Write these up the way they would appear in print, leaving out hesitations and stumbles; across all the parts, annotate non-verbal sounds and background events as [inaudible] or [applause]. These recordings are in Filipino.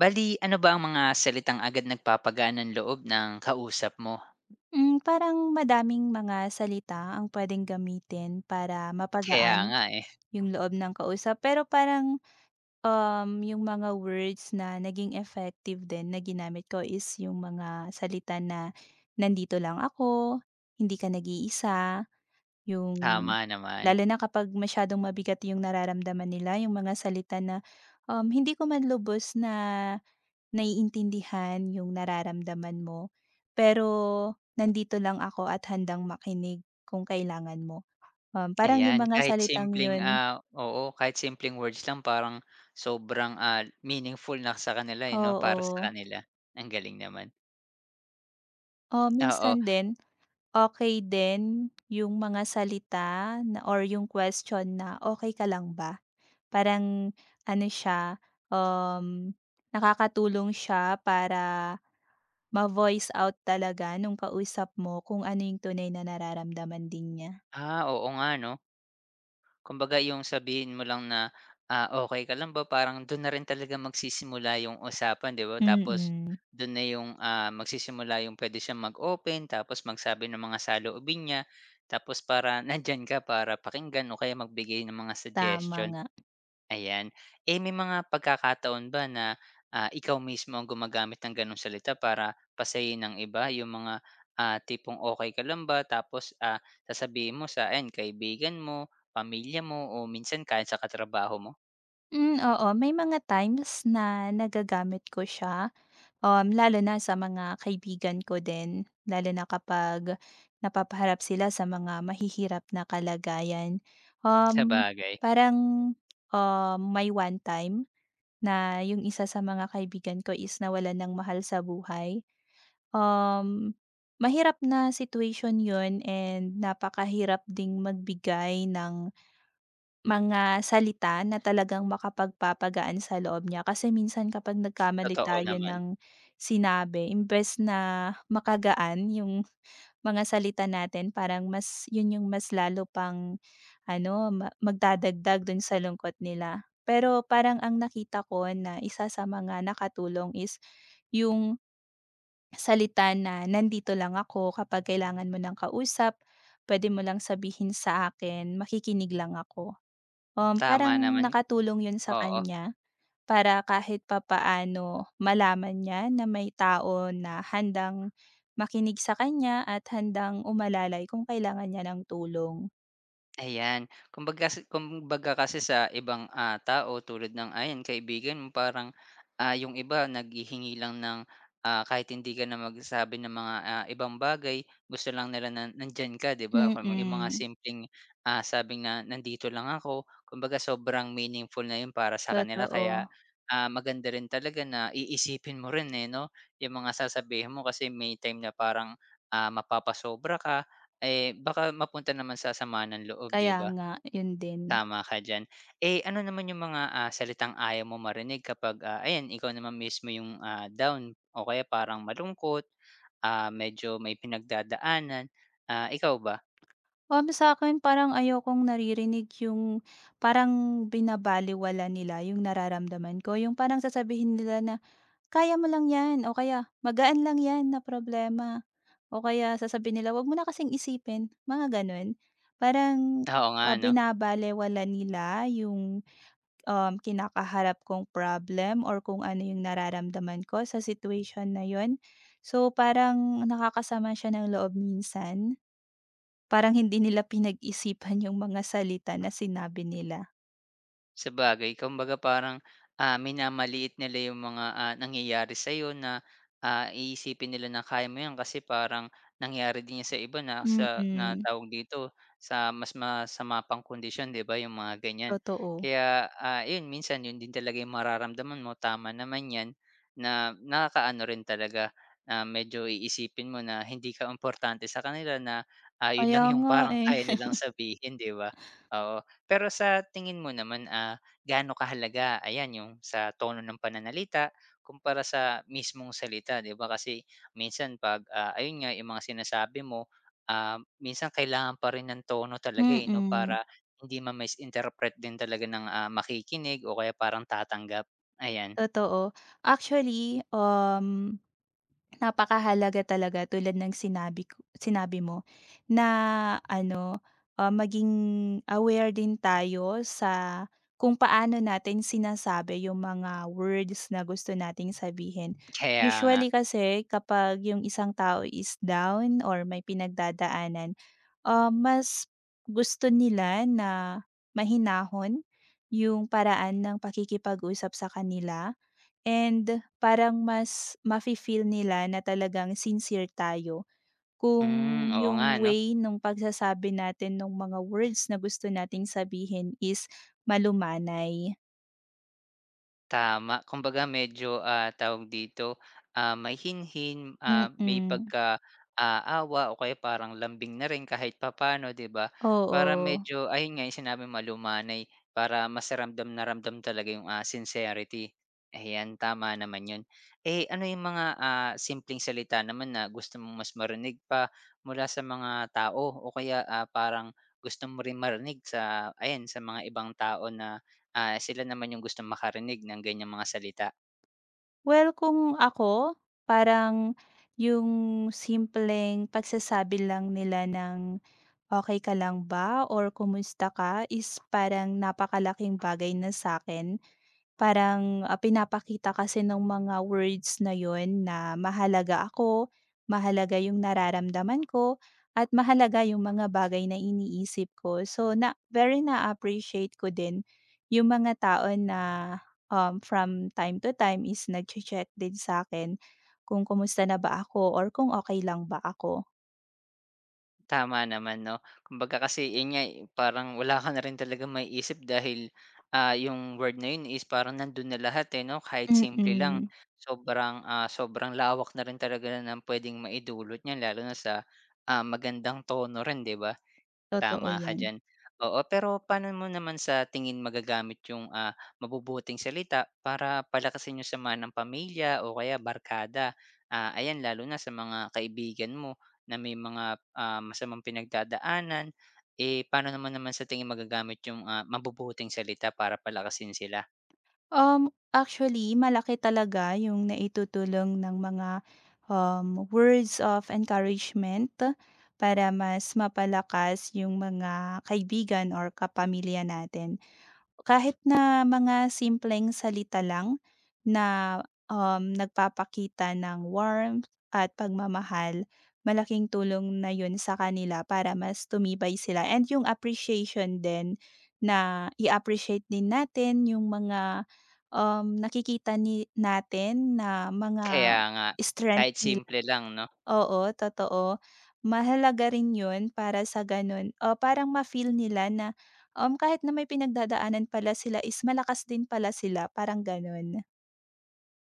Bali ano ba ang mga salitang agad nagpapagaan ng loob ng kausap mo? Hmm, parang madaming mga salita ang puwedeng gamitin para Kaya mapagaan nga, eh, yung loob ng kausap. Pero yung mga words na naging effective din na ginamit ko is yung mga salita na, "Nandito lang ako", "Hindi ka nag-iisa", yung tama naman. lalo na kapag masyadong mabigat yung nararamdaman nila, yung mga salita na, hindi ko man lubos na naiintindihan yung nararamdaman mo, pero nandito lang ako at handang makinig kung kailangan mo. Parang yung Ayan, mga kahit salitang simpleng, yun. Oo, kahit simpleng words lang parang sobrang, meaningful na sa kanila, eh, 'no, para sa Oo. kanila. Ang galing naman. O Oo. minsan din, okay din yung mga salita na or yung question na, "Okay ka lang ba?" Parang ano siya, um, nakakatulong siya para ma-voice out talaga nung kausap mo kung ano yung tunay na nararamdaman din niya. Ah, oo nga 'no. Kumbaga yung sabihin mo lang na, okey ka lang ba parang dun na rin talaga magsisimula yung usapan 'di ba? Tapos Mm. dun na yung, magsisimula yung puwede siyang mag-open tapos magsabi ng mga saloobin niya. Tapos para [laughs] nandiyan ka para pakinggan o kaya magbigay ng mga Tama suggestion. nga. Ayan. Eh, may mga pagkakataon ba na, ikaw mismo ang gumagamit ng gano'ng salita para pasayin ng iba? Yung mga, tipong okay ka lang ba tapos, sasabihin mo sa ayan kaibigan mo pamilya mo o minsan kahit sa katrabaho mo. Hmm, oo, may mga times na nagagamit ko siya, lalo na sa mga kaibigan ko din, lalo na kapag napapaharap sila sa mga mahihirap na kalagayan. Um, Sabagay, parang, may one time na yung isa sa mga kaibigan ko is nawalan ng mahal sa buhay. Um, Mahirap na situation yun and napakahirap ding magbigay ng mga salita na talagang makapagpapagaan sa loob niya, kasi minsan kapag nagkamali totoo tayo naman. ng sinabi, imbes na makagaan yung mga salita natin, parang mas yun yung mas lalo pang ano ma magdadagdag dun sa lungkot nila. Pero parang ang nakita ko na isa sa mga nakatulong is yung salita na, "Nandito lang ako kapag kailangan mo ng kausap, puwede mo lang sabihin sa akin, makikinig lang ako." Tama Parang naman, nakatulong yun sa oo. kanya para kahit papaano malaman niya na may tao na handang makinig sa kanya at handang umalalay kung kailangan niya ng tulong. Ayan, kumbaga kasi sa ibang, tao tulad ng ayan kaibigan mo parang, yung iba naghihingi lang ng, kahit hindi ka na magsabi ng mga, ibang bagay gusto lang nila na nandiyan ka 'di ba, kung yung mga Mm, simpleng, sabi na nandito lang ako kumbaga sobrang meaningful na yun para sa kanila totoo. kaya, maganda rin talaga na iisipin mo rin, eh, 'no, yung mga sasabihin mo kasi may time na parang, mapapasobra ka eh, baka mapunta naman sa samaan ng loob, 'di Kaya ba? nga, yun din. Tama ka diyan. Eh, ano naman yung mga, salitang ayaw mo marinig kapag, ayan ikaw naman mismo yung, down o kaya parang malungkot, medyo may pinagdadaanan, ikaw ba? Sa akin parang ayokong naririnig yung parang binabalewala nila yung nararamdaman ko, yung parang sasabihin nila na, "Kaya mo lang 'yan" o kaya "Magaan lang 'yan na problema" o kaya sasabihin nila, "Wag mo na kasing isipin," mga gano'n. Parang, [laughs] Oo nga ah, 'no? binabalewala nila yung, kinakaharap kong problem or kung ano yung nararamdaman ko sa situation na yun. So, parang nakakasama siya ng loob minsan. Parang hindi nila pinag-isipan yung mga salita na sinabi nila. Sabagay kumbaga parang, minamaliit nila yung mga, nangyayari sa iyo na, iisipin nila na kaya mo 'yan kasi parang nangyari din 'yan sa iba na sa Mm, na mm tawag dito, sa mas masama pang kondisyon 'di ba yung mga ganyan. Totoo. Kaya, yun minsan yun din talaga yung mararamdaman mo, tama naman 'yan na nakakaano rin talaga na medyo iisipin mo na hindi ka importante sa kanila na, yun Kaya lang yung nga, parang eh. kaya [laughs] nilang sabihin 'di ba? Oo. Pero sa tingin mo naman, gaano kahalaga ayan yung sa tono ng pananalita kumpara sa mismong salita, 'di ba? Kasi minsan 'pag, ayun nga yung mga sinasabi mo, minsan kailangan pa rin ng tono talaga, mm eh, 'no, Mm. para hindi ma-misinterpret din talaga ng, makikinig o kaya parang tatanggap, ayan. Totoo. Actually, napakahalaga talaga tulad ng sinabi mo na ano, ah, maging aware din tayo sa kung paano natin sinasabi yung mga words na gusto nating sabihin. [laughs] Kaya nga. Usually kasi kapag yung isang tao is down or may pinagdadaanan, ah, mas gusto nila na mahinahon yung paraan ng pakikipag-usap sa kanila. And parang mas mafi-feel nila na talagang sincere tayo kung Hmm, oo nga yung 'no? way nung pagsasabi natin nung mga words na gusto nating sabihin is malumanay. Tama. Kumbaga medyo, tawag dito, may hinhin, may Mm, pagka, awa o kaya parang lambing na rin kahit papaano, 'di ba? Para oo. medyo ayun nga, yung sinabi mo malumanay para masaramdam ramdam na ramdam talaga yung, sincerity. Ayan, tama naman yun. Eh, ano yung mga, simpleng salita naman na gusto mong mas marinig pa mula sa mga tao o kaya, parang gusto mo rin marinig sa ayan, sa mga ibang tao na ah, sila naman yung gustong makarinig ng ganyang mga salita. Well, kung ako, parang yung simpleng pagsasabi lang nila ng, "Okay ka lang ba?" or "Kumusta ka?" is parang napakalaking bagay na sa akin. Parang, ah, pinapakita kasi ng mga words na yun na mahalaga ako, mahalaga yung nararamdaman ko, at mahalaga yung mga bagay na iniisip ko. So, na very na-appreciate ko din yung mga tao na, from time to time is nagche-check din sa akin kung kumusta na ba ako or kung okay lang ba ako. Tama naman 'no. Kumbaga kasi yun nga, eh, parang wala ka na rin talagang maiisip dahil, yung word na yun is parang nandun na lahat, eh, 'no, kahit simple lang Mm, sobrang, sobrang lawak na rin talaga na ng puwedeng maidulot niyan lalo na sa, magandang tono rin, 'di ba? totoo Tama ka yan. diyan. Oo, pero paano mo naman sa tingin magagamit yung, mabubuting salita para palakasin yung samahan ng pamilya o kaya barkada? Ah, ayan lalo na sa mga kaibigan mo na may mga, masamang pinagdadaanan, eh, paano naman naman sa tingin magagamit yung, mabubuting salita para palakasin sila? Actually malaki talaga yung naitutulong ng mga, words of encouragement para mas mapalakas yung mga kaibigan or kapamilya natin. Kahit na mga simpleng salita lang na, nagpapakita ng warmth at pagmamahal, malaking tulong na yun sa kanila para mas tumibay sila and yung appreciation din na i-appreciate din natin yung mga, nakikita ni natin na Kaya mga nga, strength kahit nila. simple lang 'no? Oo, totoo. Mahalaga rin 'yun para sa gano'n, ah, parang ma-feel nila na, kahit na may pinagdadaanan pala sila is malakas din pala sila, parang gano'n.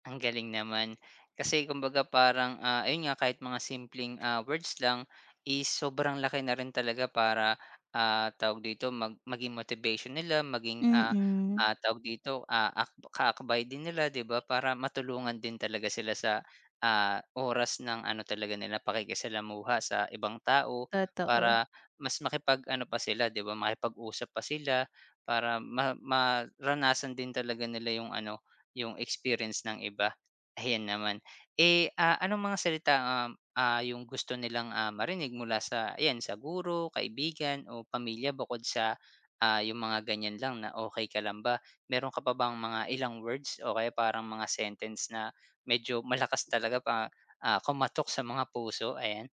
Ang galing naman. Kasi kumbaga parang, ayun nga kahit mga simpleng, words lang is sobrang laki na rin talaga para, tawag dito mag maging motivation nila, maging, Mm, mm, tawag dito, ak kaakbay din nila 'di ba para matulungan din talaga sila sa, oras ng ano talaga nila pakikisalamuha sa ibang tao totoo. para mas makipag-ano pa sila 'di ba makipag-usap pa sila para ma maranasan din talaga nila yung ano, yung experience ng iba, ayan naman. Eh, anong mga salita, um, yung gusto nilang, marinig mula sa ayan, sa guro, kaibigan o pamilya bukod sa, yung mga ganyan lang na, okay ka lang ba?" Meron ka pa bang mga ilang words o kaya parang mga sentence na medyo malakas talaga pa, kumatok sa mga puso, ayan?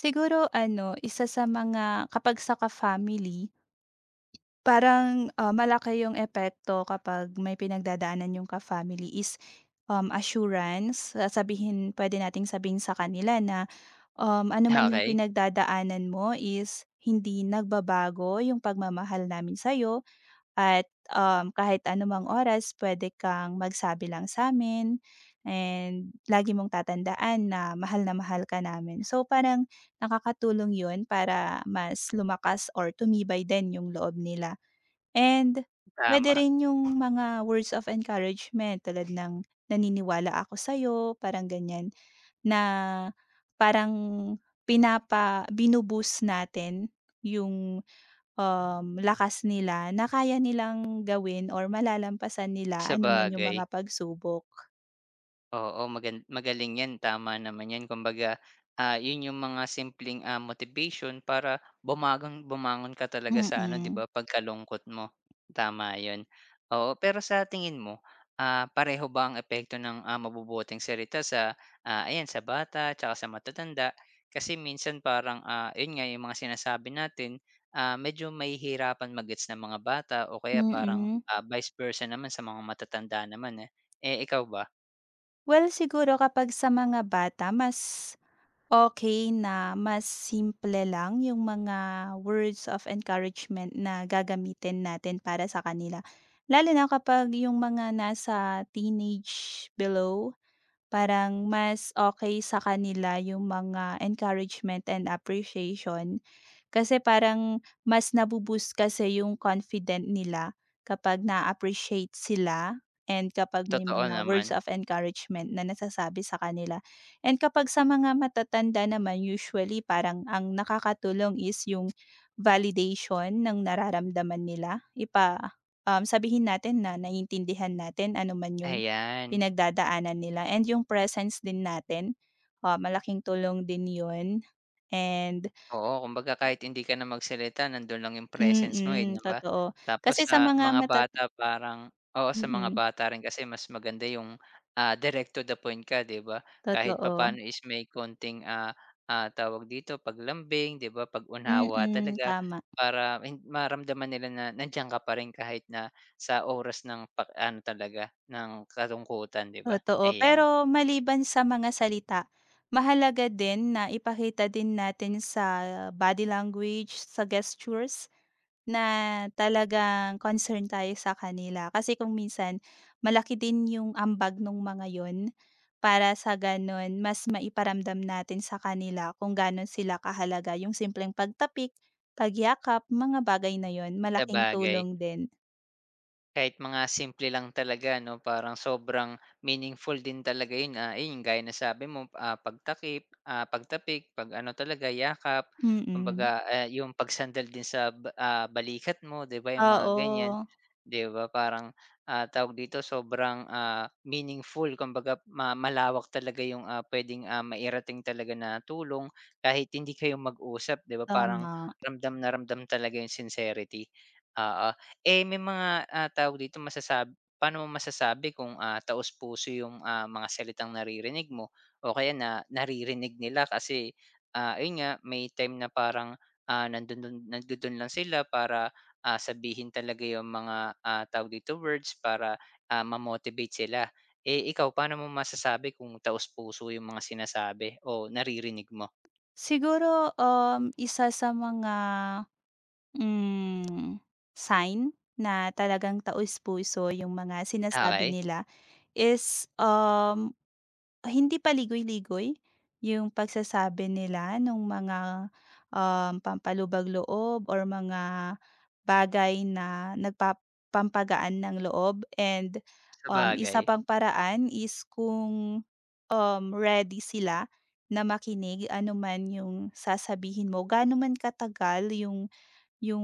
Siguro ano, isa sa mga kapag sa ka-family, parang, ah, malaki yung epekto kapag may pinagdadaanan yung ka-family is, assurance. Sabihin, pwede nating sabihin sa kanila na, [laughs] "Ano man yung Okay, pinagdadaanan mo is hindi nagbabago yung pagmamahal namin sa'yo at, kahit anumang oras pwede kang magsabi lang sa sa'min and lagi mong tatandaan na mahal ka namin." So, parang nakakatulong yun para mas lumakas or tumibay din yung loob nila. And puwede tama, rin yung mga words of encouragement tulad ng, "Naniniwala ako sa'yo," parang ganyan. Na parang binubus boost natin yung, lakas nila na kaya nilang gawin or malalampasan nila sa anuman yung bagay. mga pagsubok. Oo, magan magaling 'yan, tama naman 'yan. Kumbaga, 'yun 'yung mga simpleng, motivation para bumagang bumangon ka talaga sa ano, 'di ba, Mm, pagkalungkot mo. Tama 'yun. Oo, pero sa tingin mo, pareho ba ang epekto ng, mabubuting salita sa, ayan, sa bata tsaka sa matatanda? Kasi minsan parang, 'yun nga 'yung mga sinasabi natin, medyo mahihirapan mag-gets ng mga bata o kaya parang, mm. Vice versa naman sa mga matatanda naman, eh. Eh, ikaw ba? Well, siguro kapag sa mga bata mas okey na mas simple lang yung mga words of encouragement na gagamitin natin para sa kanila. Lalo na kapag yung mga nasa teenage below. Parang mas okay sa kanila yung mga encouragement and appreciation kasi parang mas nabo kasi yung confident nila kapag na appreciate sila and kapag may Totoo mga naman, words of encouragement na nasasabi sa kanila. And kapag sa mga matatanda naman, usually parang ang nakakatulong is yung validation ng nararamdaman nila, ipa sabihin natin na naiintindihan natin ano man yung ayan. pinagdadaanan nila and yung presence din natin, ah, malaking tulong din yun. And Oo, kumbaga kahit hindi ka na magsalita nandun lang yung presence mo, eh, mm, 'di ba? totoo. Tapos Kasi sa sa mga mga matat bata parang oo, sa mga mm, bata rin kasi mas maganda yung, direct to the point ka, 'di ba? Kahit totoo. papaano is may konting, tawag dito, paglambing, 'di ba, pag-unawa Mm, talaga tama, para hin maramdaman nila na nandiyan ka pa rin kahit na sa oras ng pa ano talaga, ng kalungkutan, 'di ba? totoo. Ayan, Pero maliban sa mga salita, mahalaga din na ipakita din natin sa body language, sa gestures. Na talagang concern tayo sa kanila kasi kung minsan malaki din yung ambag ng mga yon para sa ganun mas maiparamdam natin sa kanila kung gaano sila kahalaga. Yung simpleng pagtapik, pagyakap, mga bagay na yon malaking sabagay. tulong din, Kahit mga simple lang talaga 'no, parang sobrang meaningful din talaga yun, ayun gaya ng sabi mo, pagtakip, pagtapik, 'pag ano talaga yakap, mm. kumbaga, yung pagsandal din sa ba balikat mo 'di ba, yung mga ganyan. Oo, 'Di ba parang, tawag dito sobrang, meaningful kumbaga ma malawak talaga yung, puwedeng, mairating talaga na tulong kahit hindi kayo mag-usap 'di ba, parang tama. ramdam na ramdam talaga yung sincerity, oo. Eh, may mga, tawag dito, masasab paano mo masasabi kung, taos-puso yung, mga salitang naririnig mo o kaya na naririnig nila kasi, ayun nga, may time na parang, nandun dun nandudun lang sila para, sabihin talaga yung mga, tawag dito, words para, ma-motivate sila. Eh, ikaw paano mo masasabi kung taos-puso yung mga sinasabi o naririnig mo? Siguro, isa sa mga hmm, sign na talagang taos-puso yung mga sinasabi Okey, nila is, hindi paligoy-ligoy yung pagsasabi nila ng mga, pampalubag loob or mga bagay na nagpapampagaan ng loob and, isa sabagay. pang paraan is kung, ready sila na makinig anuman yung sasabihin mo, gaano man katagal yung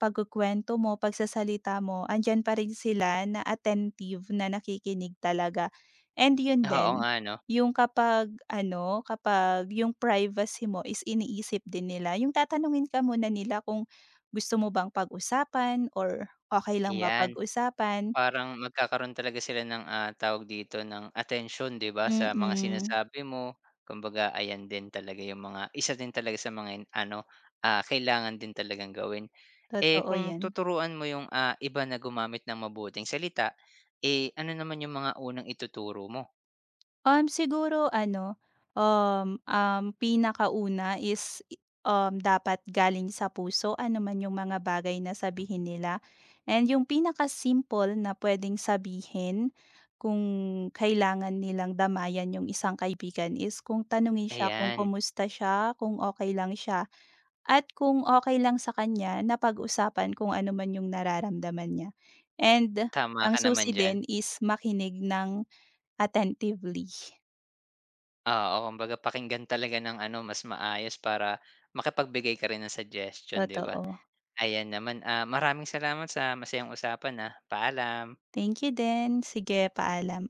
pagkukuwento mo, pagsasalita mo, andiyan pa rin sila na attentive na nakikinig talaga. And yun Oo din, nga 'no, yung kapag ano, kapag yung privacy mo is iniisip din nila, yung tatanungin ka muna nila kung gusto mo bang pag-usapan or okay lang ba ayan. pag-usapan? Parang magkakaroon talaga sila ng, tawag dito, ng atensyon, 'di ba, sa mga Mm, sinasabi mo. Kumbaga ayan din talaga yung mga isa din talaga sa mga in- ano, kailangan din talagang gawin. Eh, totoo kung yan. tuturuan mo yung, iba na gumamit ng mabuting salita, eh, ano naman yung mga unang ituturo mo? Siguro ano, um, um, pinakauna is dapat galing sa puso ano man yung mga bagay na sabihin nila. And yung pinaka-simple na pwedeng sabihin kung kailangan nilang damayan yung isang kaibigan is kung tanungin siya kung Ayan, kumusta siya, kung okey lang siya, at kung okey lang sa kanya na pag-usapan kung ano man yung nararamdaman niya. And tama ang ka naman susi diyan. din is makinig ng attentively. Oo, kumbaga pakinggan talaga ng ano, mas maayos para makapagbigay ka rin ng suggestion, 'di ba? Totoo. Ayan naman, maraming salamat sa masayang usapan, ah. Paalam. Thank you din. Sige, paalam.